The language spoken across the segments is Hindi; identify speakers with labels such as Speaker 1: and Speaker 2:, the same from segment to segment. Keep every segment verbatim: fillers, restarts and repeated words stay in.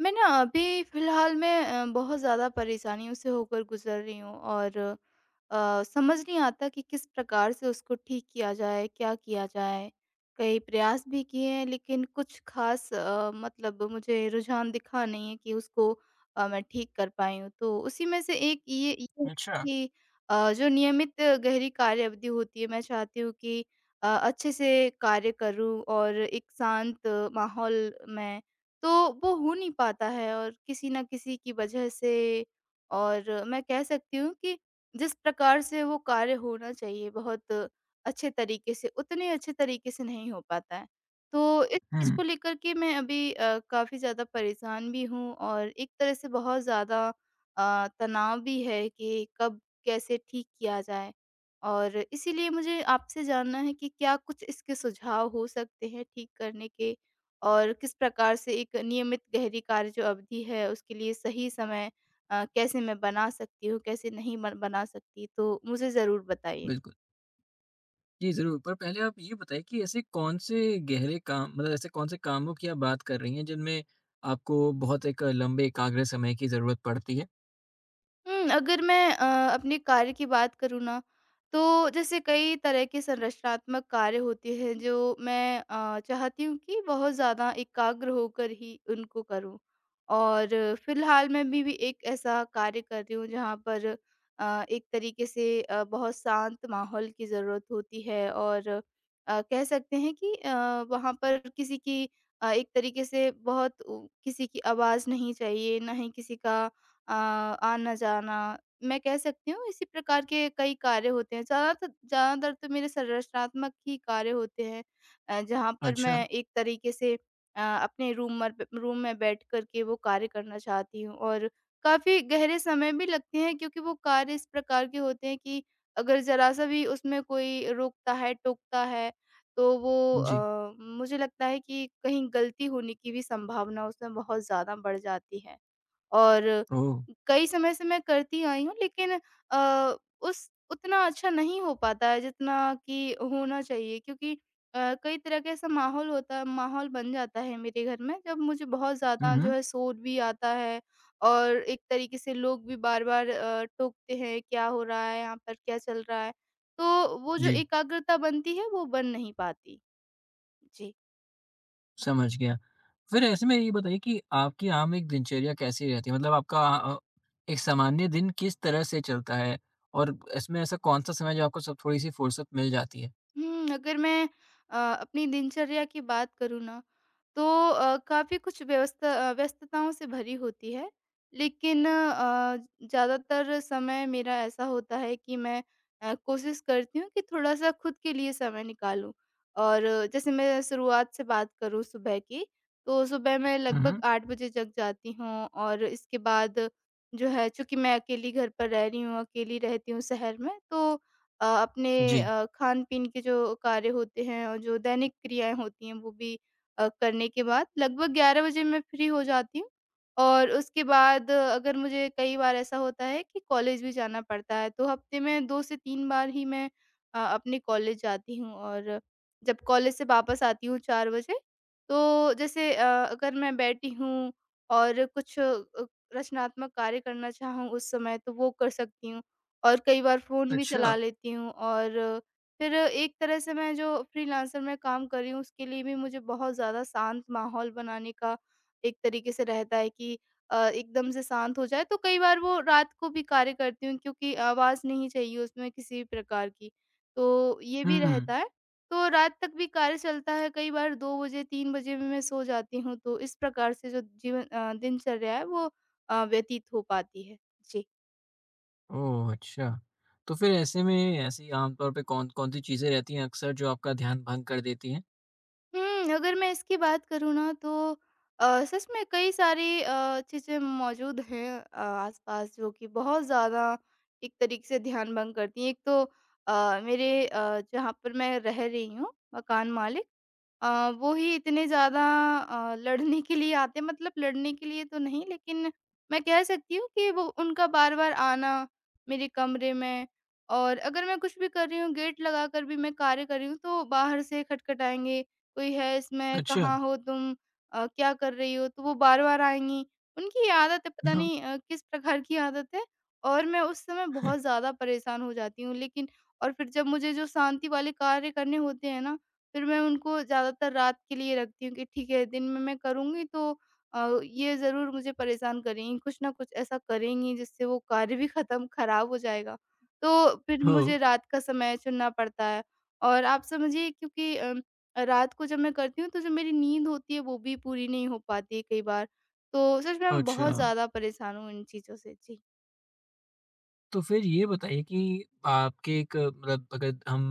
Speaker 1: मैं ना अभी फ़िलहाल मैं अ, बहुत ज़्यादा परेशानियों से होकर गुज़र रही हूँ और अ, समझ नहीं आता कि किस प्रकार से उसको ठीक किया जाए, क्या किया जाए। कई प्रयास भी किए हैं लेकिन कुछ ख़ास अ, मतलब मुझे रुझान दिखा नहीं है कि उसको अ, मैं ठीक कर पाई हूँ। तो उसी में से एक ये ये
Speaker 2: अच्छा।
Speaker 1: कि अ, जो नियमित गहरी कार्य अवधि होती है, मैं चाहती हूँ कि अ, अच्छे से कार्य करूँ और एक शांत माहौल में तो वो हो नहीं पाता है और किसी न किसी की वजह से, और मैं कह सकती हूँ कि जिस प्रकार से वो कार्य होना चाहिए बहुत अच्छे तरीके से, उतने अच्छे तरीके से नहीं हो पाता है। तो इस चीज़
Speaker 2: हुँ,
Speaker 1: को लेकर के मैं अभी अ, काफ़ी ज़्यादा परेशान भी हूँ और एक तरह से बहुत ज़्यादा अ, तनाव भी है कि कब कैसे ठीक किया जाए। और इसीलिए मुझे आपसे जानना है कि क्या कुछ इसके सुझाव हो सकते हैं ठीक करने के? और किस प्रकार से एक नियमित गहरी कार्य जो अवधि है उसके लिए सही समय अ, कैसे मैं बना सकती हूँ, कैसे नहीं बन बना सकती? तो मुझे ज़रूर बताइए।
Speaker 2: बिल्कुल। जी, ज़रूर। पर पहले आप ये बताइए कि ऐसे कौन से गहरे काम मतलब ऐसे कौन से कामों की आप बात कर रही हैं जिनमें आपको बहुत एक लंबे एकाग्र समय की ज़रूरत पड़ती है?
Speaker 1: हुँ, अगर मैं अ, अपने कार्य की बात करूँ ना, तो जैसे कई तरह के संरचनात्मक कार्य होते हैं जो मैं अ, चाहती हूँ कि बहुत ज़्यादा एकाग्र होकर ही उनको करूँ। और फिलहाल मैं भी भी एक ऐसा कार्य कर रही हूँ जहाँ पर अ, एक तरीके से अ, बहुत शांत माहौल की ज़रूरत होती है और अ, कह सकते हैं कि अ, वहाँ पर किसी की अ, एक तरीके से बहुत उ किसी की आवाज़ नहीं चाहिए, ना ही किसी का अ, आना-जाना, मैं कह सकती हूँ इसी प्रकार के कई कार्य होते हैं। ज़्यादातर ज़्यादातर तो मेरे संरचनात्मक ही कार्य होते हैं अ, जहाँ पर
Speaker 2: अच्छा।
Speaker 1: मैं एक तरीके से अ, अपने रूम मर प रूम में बैठ कर के वो कार्य करना चाहती हूँ और काफ़ी गहरे समय भी लगते हैं क्योंकि वो कार्य इस प्रकार के होते हैं कि अगर ज़रा-सा भी उसमें कोई रोकता है, टोकता है, तो वो
Speaker 2: जी।
Speaker 1: अ, मुझे लगता है कि कहीं गलती होने की भी संभावना उसमें बहुत ज़्यादा बढ़ जाती है। और
Speaker 2: ओह!
Speaker 1: कई समय से मैं करती आई हूँ लेकिन अ, उस उतना अच्छा नहीं हो पाता है जितना कि होना चाहिए क्योंकि अ, कई तरह का ऐसा माहौल होता है माहौल बन जाता है मेरे घर में जब मुझे बहुत
Speaker 2: हुँ,
Speaker 1: ज़्यादा जो
Speaker 2: हुँ।
Speaker 1: है शोर भी आता है और एक तरीके से लोग भी बार-बार अ, टोकते हैं क्या हो रहा है यहाँ पर क्या चल रहा है। तो वो जो
Speaker 2: जी,
Speaker 1: एकाग्रता बनती है वो बन नहीं पाती। जी।
Speaker 2: समझ गया। फिर ऐसे में ये बताइए कि आपकी आम एक दिनचर्या कैसी रहती है? मतलब आपका अ, एक सामान्य दिन किस तरह से चलता है? और इसमें ऐसा कौन-सा समय है जो आपको सब थोड़ी-सी फुर्सत मिल जाती है?
Speaker 1: हुँ, अगर मैं अ, अपनी दिनचर्या की बात करूँ ना, तो अ, काफ़ी कुछ व्यवस्था अ, व्यस्तताओं से भरी होती है। लेकिन अ, ज़्यादातर समय मेरा ऐसा होता है कि मैं अ, कोशिश करती हूँ कि थोड़ा-सा खुद के लिए समय निकालूँ। और जैसे मैं शुरुआत से बात करूँ सुबह की, तो सुबह मैं
Speaker 2: हुँ,
Speaker 1: लगभग
Speaker 2: हुँ।
Speaker 1: आठ बजे जग जाती हूँ और इसके बाद जो है, चूँकि मैं अकेली घर पर रह रही हूँ, अकेली रहती हूँ शहर में, तो अ, अपने
Speaker 2: जी।
Speaker 1: अ, खान-पीन के जो कार्य होते हैं और जो दैनिक क्रियाएँ होती हैं वो भी अ, करने के बाद लगभग ग्यारह बजे मैं फ्री हो जाती हूँ। और उसके बाद अ, अगर मुझे कई बार ऐसा होता है कि कॉलेज भी जाना पड़ता है तो हफ्ते में दो से तीन बार ही मैं अ, अपने कॉलेज जाती हूँ, और जब कॉलेज से वापस आती हूँ चार बजे तो जैसे अ, अगर मैं बैठी हूँ और कुछ अ, रचनात्मक कार्य करना चाहूँ उस समय तो वो कर सकती हूँ। और कई बार फ़ोन भी चला
Speaker 2: अच्छा।
Speaker 1: लेती हूँ, और फिर एक तरह से मैं जो फ्रीलांसर में काम कर रही हूँ उसके लिए भी मुझे बहुत ज़्यादा शांत माहौल बनाने का एक तरीके से रहता है कि अ, एकदम से शांत हो जाए, तो कई बार वो रात को भी कार्य करती हूँ क्योंकि आवाज़ नहीं चाहिए उसमें किसी भी प्रकार की। तो ये भी
Speaker 2: हुँ।
Speaker 1: रहता है। तो रात तक भी कार्य चलता है, कई बार दो बजे तीन बजे भी मैं सो जाती हूँ, तो इस प्रकार से जो जीवन अ, दिनचर्या है वो अ, व्यतीत हो पाती है। जी।
Speaker 2: ओह! अच्छा। तो फिर ऐसे में ऐसी आम तौर पे कौन-कौन सी चीज़ें रहती हैं अक्सर जो आपका ध्यान भंग कर देती हैं?
Speaker 1: हुँ, अगर मैं इसकी बात करूँ ना, तो अ, सच में कई सारी अ, चीज़ें मौजूद हैं अ, आस-पास जो कि बहुत ज़्यादा एक तरीके से ध्यान भंग करती हैं। एक तो अ, मेरे अ, जहाँ पर मैं रह रही हूँ मकान मालिक अ, वो ही इतने ज़्यादा अ, लड़ने के लिए आते हैं, मतलब लड़ने के लिए तो नहीं, लेकिन मैं कह सकती हूँ कि वो उनका बार-बार आना मेरे कमरे में, और अगर मैं कुछ भी कर रही हूँ, गेट लगाकर भी मैं कार्य कर रही हूँ तो बाहर से खटखटाएँगे, "कोई है इसमें?
Speaker 2: अच्छा।
Speaker 1: कहाँ हो तुम? अ, क्या कर रही हो?" तो वो बार-बार आएँगी। उनकी ये आदत है, पता नहीं अ, किस प्रकार की आदत है, और मैं उस समय बहुत ज़्यादा परेशान हो जाती हूँ, लेकिन और फिर जब मुझे जो शांति वाले कार्य करने होते हैं ना, फिर मैं उनको ज़्यादातर रात के लिए रखती हूँ कि ठीक है दिन में मैं करूँगी, तो अ, ये ज़रूर मुझे परेशान करेंगी, कुछ ना कुछ ऐसा करेंगी जिससे वो कार्य भी ख़त्म ख़राब हो जाएगा। तो फिर
Speaker 2: ओह!
Speaker 1: मुझे रात का समय चुनना पड़ता है, और आप समझिए क्योंकि अ, रात को जब मैं करती हूँ तो जो मेरी नींद होती है वो भी पूरी नहीं हो पाती है कई बार। तो सच में मैं
Speaker 2: अच्छा।
Speaker 1: बहुत ज़्यादा परेशान हूँ इन चीज़ों से। जी।
Speaker 2: तो फिर ये बताइए कि आपके एक मतलब अगर हम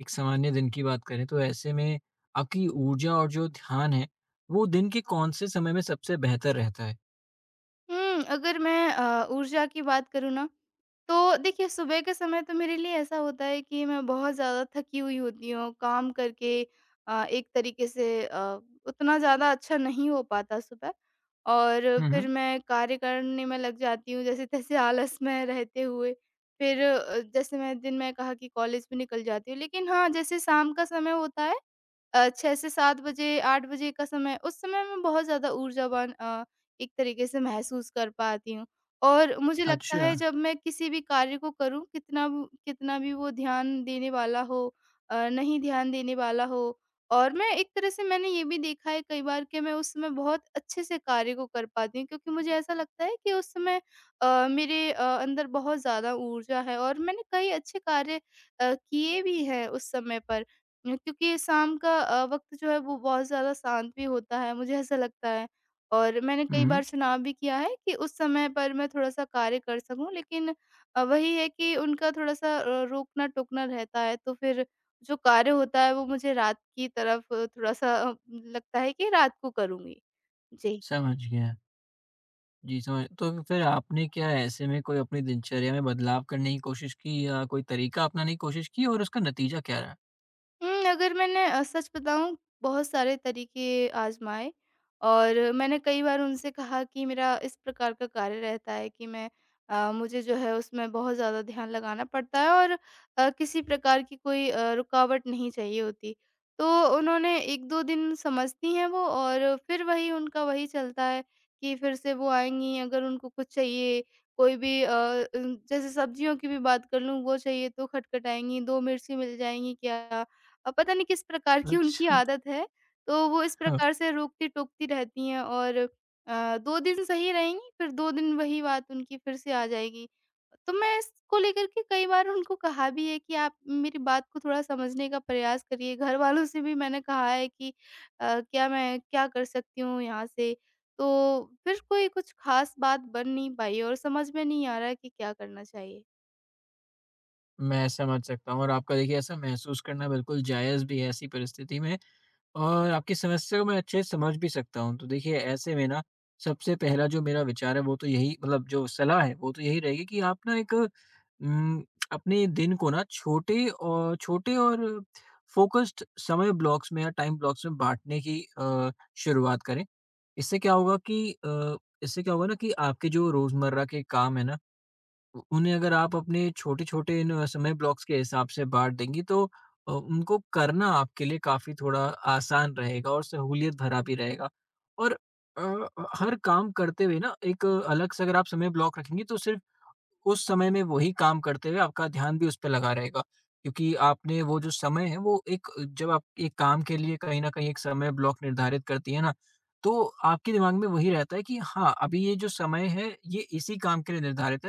Speaker 2: एक सामान्य दिन की बात करें तो ऐसे में आपकी ऊर्जा और जो ध्यान है वो दिन के कौन से समय में सबसे बेहतर रहता है?
Speaker 1: हुँ, अगर मैं अ, ऊर्जा की बात करूँ ना, तो देखिए सुबह के समय तो मेरे लिए ऐसा होता है कि मैं बहुत ज़्यादा थकी हुई होती हूँ, काम करके अ, एक तरीके से अ, उतना ज़्यादा अच्छा नहीं हो पाता सुबह, और
Speaker 2: हुँ,
Speaker 1: फिर
Speaker 2: हुँ।
Speaker 1: मैं कार्य करने में लग जाती हूँ जैसे-तैसे आलस में रहते हुए। फिर अ, जैसे मैं दिन में कहा कि कॉलेज भी निकल जाती हूँ, लेकिन हाँ, जैसे शाम का समय होता है अ, छह से सात बजे, आठ बजे का समय, उस समय मैं बहुत ज़्यादा ऊर्जावान अ, एक तरीके से महसूस कर पाती हूँ। और मुझे लगता
Speaker 2: अच्छा।
Speaker 1: है जब मैं किसी भी कार्य को करूँ, कितना व कितना भी वो ध्यान देने वाला हो अ, नहीं ध्यान देने वाला हो, और मैं एक तरह से मैंने ये भी देखा है कई बार कि मैं उस समय बहुत अच्छे से कार्य को कर पाती हूँ क्योंकि मुझे ऐसा लगता है कि उस समय अ, मेरे अ, अंदर बहुत ज़्यादा ऊर्जा है और मैंने कई अच्छे कार्य अ, किए भी हैं उस समय पर। अ, क्योंकि शाम का अ, वक़्त जो है वो बहुत ज़्यादा शांत भी होता है, मुझे ऐसा लगता है। और मैंने कई
Speaker 2: हुँ,
Speaker 1: बार
Speaker 2: हुँ।
Speaker 1: चुनाव भी किया है कि उस समय पर मैं थोड़ा-सा कार्य कर सकूँ, लेकिन अ, वही है कि उनका थोड़ा-सा अ, रोकना-टोकना रहता है, तो फिर जो कार्य होता है वो मुझे रात की तरफ थोड़ा-सा अ, लगता है कि रात को करूँगी। जी।
Speaker 2: समझ गया। जी, समझ तो फिर आपने क्या ऐसे में कोई अपनी दिनचर्या में बदलाव करने की कोशिश की या कोई तरीका अपनाने की कोशिश की और उसका नतीजा क्या रहा?
Speaker 1: हुँ, अगर मैंने अ, सच बताऊँ, बहुत सारे तरीके आज़माए, और मैंने कई बार उनसे कहा कि मेरा इस प्रकार का कार्य रहता है कि मैं अ, मुझे जो है उसमें बहुत ज़्यादा ध्यान लगाना पड़ता है और अ, किसी प्रकार की कोई अ, रुकावट नहीं चाहिए होती। तो उन्होंने एक दो दिन समझती हैं वो, और फिर वही उनका वही चलता है कि फिर से वो आएँगी अगर उनको कुछ चाहिए, कोई भी अ, उम, जैसे सब्जियों की भी बात कर लूँ, वो चाहिए तो खटखटाएँगी, दो मिर्ची मिल जाएँगी क्या? अ, पता नहीं किस प्रकार की उनकी
Speaker 2: अच्छा।
Speaker 1: आदत है, तो वो इस
Speaker 2: हाँ,
Speaker 1: प्रकार से रोकती-टोकती रहती हैं, और अ, दो दिन सही रहेंगी, फिर दो दिन वही बात उनकी फिर से आ जाएगी। तो मैं इसको लेकर के कई बार उनको कहा भी है कि आप मेरी बात को थोड़ा समझने का प्रयास करिए। घरवालों से भी मैंने कहा है कि अ, क्या मैं क्या कर सकती हूँ यहाँ से? तो फिर कोई कुछ ख़ास बात बन नहीं पाई और समझ में नहीं आ रहा है कि क्या करना चाहिए।
Speaker 2: मैं समझ सकता हूँ, और आपका देखिए ऐसा महसूस करना बिल्कुल जायज़ भी है ऐसी परिस्थिति में, और आपकी समस्या को मैं अच्छे से समझ भी सकता हूँ। तो देखिए ऐसे में ना सबसे पहला जो मेरा विचार है वो तो यही, मतलब जो सलाह है वो तो यही रहेगी कि आप ना एक उम, अपने दिन को ना छोटे और छोटे और फ़ोकस्ड समय ब्लॉक्स में या टाइम ब्लॉक्स में बाँटने की अ, शुरुआत करें। इससे क्या होगा कि अ, इससे क्या होगा ना कि आपके जो रोज़मर्रा के काम है ना, उ उन्हें अगर आप अपने छोटे-छोटे इन अ, समय ब्लॉक्स के हिसाब से बाँट देंगी तो अ, उनको करना आपके लिए काफ़ी थोड़ा आसान रहेगा और सहूलियत भरा भी रहेगा। और अ, हर काम करते हुए ना एक अलग से अगर आप समय ब्लॉक रखेंगी तो सिर्फ़ उस समय में वही काम करते हुए आपका ध्यान भी उस पे लगा रहेगा। क्योंकि आपने वो जो समय है वो एक, जब आप एक काम के लिए कहीं न कहीं एक समय ब्लॉक निर्धारित करती हैं ना, तो आपके दिमाग में वही रहता है कि हाँ, अभी ये जो समय है ये इसी काम के लिए निर्धारित,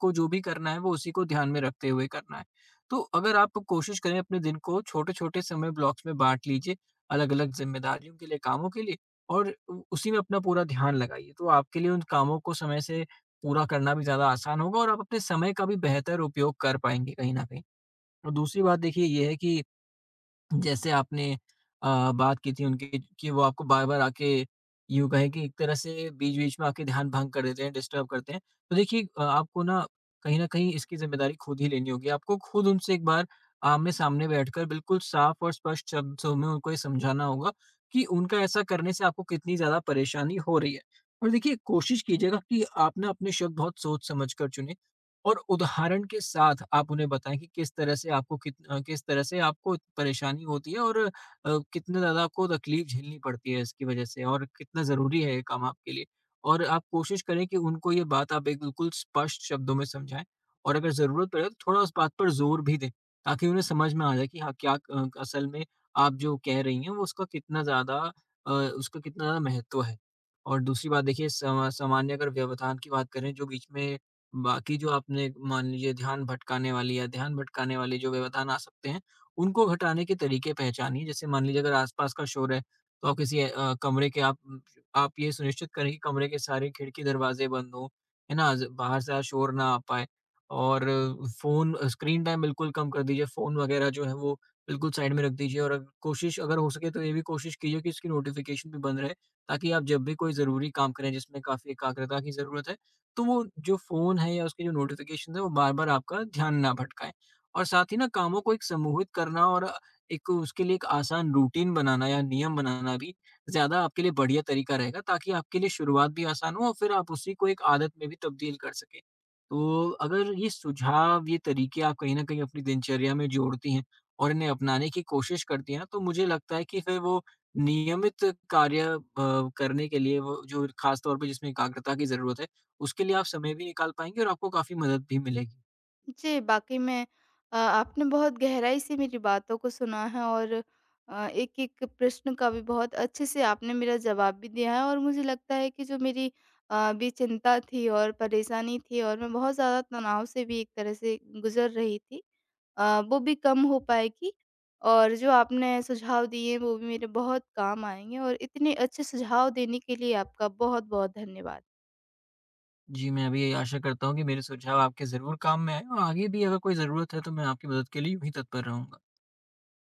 Speaker 2: को जो भी करना है वो उसी को ध्यान में रखते हुए करना है। तो अगर आप कोशिश करें अपने दिन को छोटे-छोटे समय ब्लॉक्स में बाँट लीजिए, अलग-अलग ज़िम्मेदारियों के लिए, कामों के लिए, और उ उसी में अपना पूरा ध्यान लगाइए। तो आपके लिए उन कामों को समय से पूरा करना भी ज़्यादा आसान होगा और आप अपने समय का भी बेहतर उपयोग कर पाएँगे कहीं न कहीं। और दूसरी बात देखिए ये है कि जैसे आपने अ, बात की थी उनकी कि वो आपको बार-बार आके, यूँ कहें कि एक तरह से बीच-बीच में आके, ध्यान भंग कर देते हैं, डिस्टर्ब करते हैं। तो देखिए अ, आपको ना कहीं न कहीं इसकी ज़िम्मेदारी खुद ही लेनी होगी। आपको खुद उनसे एक बार आमने-सामने बैठकर बिल्कुल साफ और स्पष्ट शब्दों में उनको ये समझाना होगा कि उनका ऐसा करने से आपको कितनी ज़्यादा परेशानी हो रही है। और देखिए कोशिश कीजिएगा कि आप ना अपने शब्द बहुत सोच समझ कर चुनें, और उदाहरण के साथ आप उन्हें बताएँ कि किस तरह से आपको कित अ, किस तरह से आपको परेशानी होती है, और अ, कितने ज़्यादा आपको तकलीफ झेलनी पड़ती है इसकी वजह से, और कितना ज़रूरी है ये काम आपके लिए। और आप कोशिश करें कि उनको ये बात आप एक बिल्कुल स्पष्ट शब्दों में समझाएँ, और अगर ज़रूरत पड़े तो थोड़ा उस बात पर ज़ोर भी दें, ताकि उन्हें समझ में आ जाए कि हाँ, क्या अ, असल में आप जो कह रही हैं वो उसका कितना ज़्यादा, अ, उसका कितना ज़्यादा महत्व है। और दूसरी बात देखिए, समा सामान्य अगर व्यवधान की बात करें जो बीच में, बाकी जो आपने मान लीजिए ध्यान भटकाने वाली या ध्यान भटकाने वाले जो व्यवधान आ सकते हैं, उनको घटाने के तरीके पहचानिए। जैसे मान लीजिए अगर आसपास का शोर है, तो आप किसी अ, कमरे के आप आप ये सुनिश्चित करें कि कमरे के सारे खिड़की दरवाजे बंद हों, है ना? ज बाहर से शोर ना आ पाए। और फ़ोन स्क्रीन टाइम बिल्कुल कम कर दीजिए, फ़ोन वगैरह जो है वो बिल्कुल साइड में रख दीजिए, और अग कोशिश, अगर हो सके तो ये भी कोशिश कीजिए कि इसकी नोटिफ़िकेशन भी बंद रहे, ताकि आप जब भी कोई ज़रूरी काम करें जिसमें काफ़ी एकाग्रता की ज़रूरत है, तो वो जो फ़ोन है या उसके जो नोटिफ़िकेशंस हैं, वो बार-बार आपका ध्यान ना भटकाएँ। और साथ ही ना कामों को एक समूहित करना और एक उसके लिए एक आसान रूटीन बनाना या नियम बनाना भी ज़्यादा आपके लिए बढ़िया तरीका रहेगा, ताकि आपके लिए शुरुआत भी आसान हो और फिर आप उसी को एक आदत में भी तब्दील कर सकें। तो अगर ये सुझाव, ये तरीके आप कहीं न कहीं अपनी दिनचर्या में जोड़ती हैं और इन्हें अपनाने की कोशिश करती हैं ना, तो मुझे लगता है कि फिर वो नियमित कार्य अ, करने के लिए, वो जो ख़ास तौर पे जिसमें एकाग्रता की ज़रूरत है उसके लिए आप समय भी निकाल पाएँगे और आपको काफ़ी मदद भी मिलेगी।
Speaker 1: जी, वाक़ई में अ, आपने बहुत गहराई से मेरी बातों को सुना है, और अ, एक-एक प्रश्न का भी बहुत अच्छे से आपने मेरा जवाब भी दिया है, और मुझे लगता है कि जो मेरी अ, भी चिंता थी और परेशानी थी और मैं बहुत ज़्यादा तनाव से भी एक तरह से गुज़र रही थी, अ, वो भी कम हो पाएगी, और जो आपने सुझाव दिए वो भी मेरे बहुत काम आएँगे, और इतने अच्छे सुझाव देने के लिए आपका बहुत-बहुत धन्यवाद।
Speaker 2: जी, मैं अभी आशा करता हूँ कि मेरे सुझाव आपके ज़रूर काम में आएँ, और आगे भी अगर कोई ज़रूरत है तो मैं आपकी मदद के लिए यूँ ही तत्पर रहूँगा।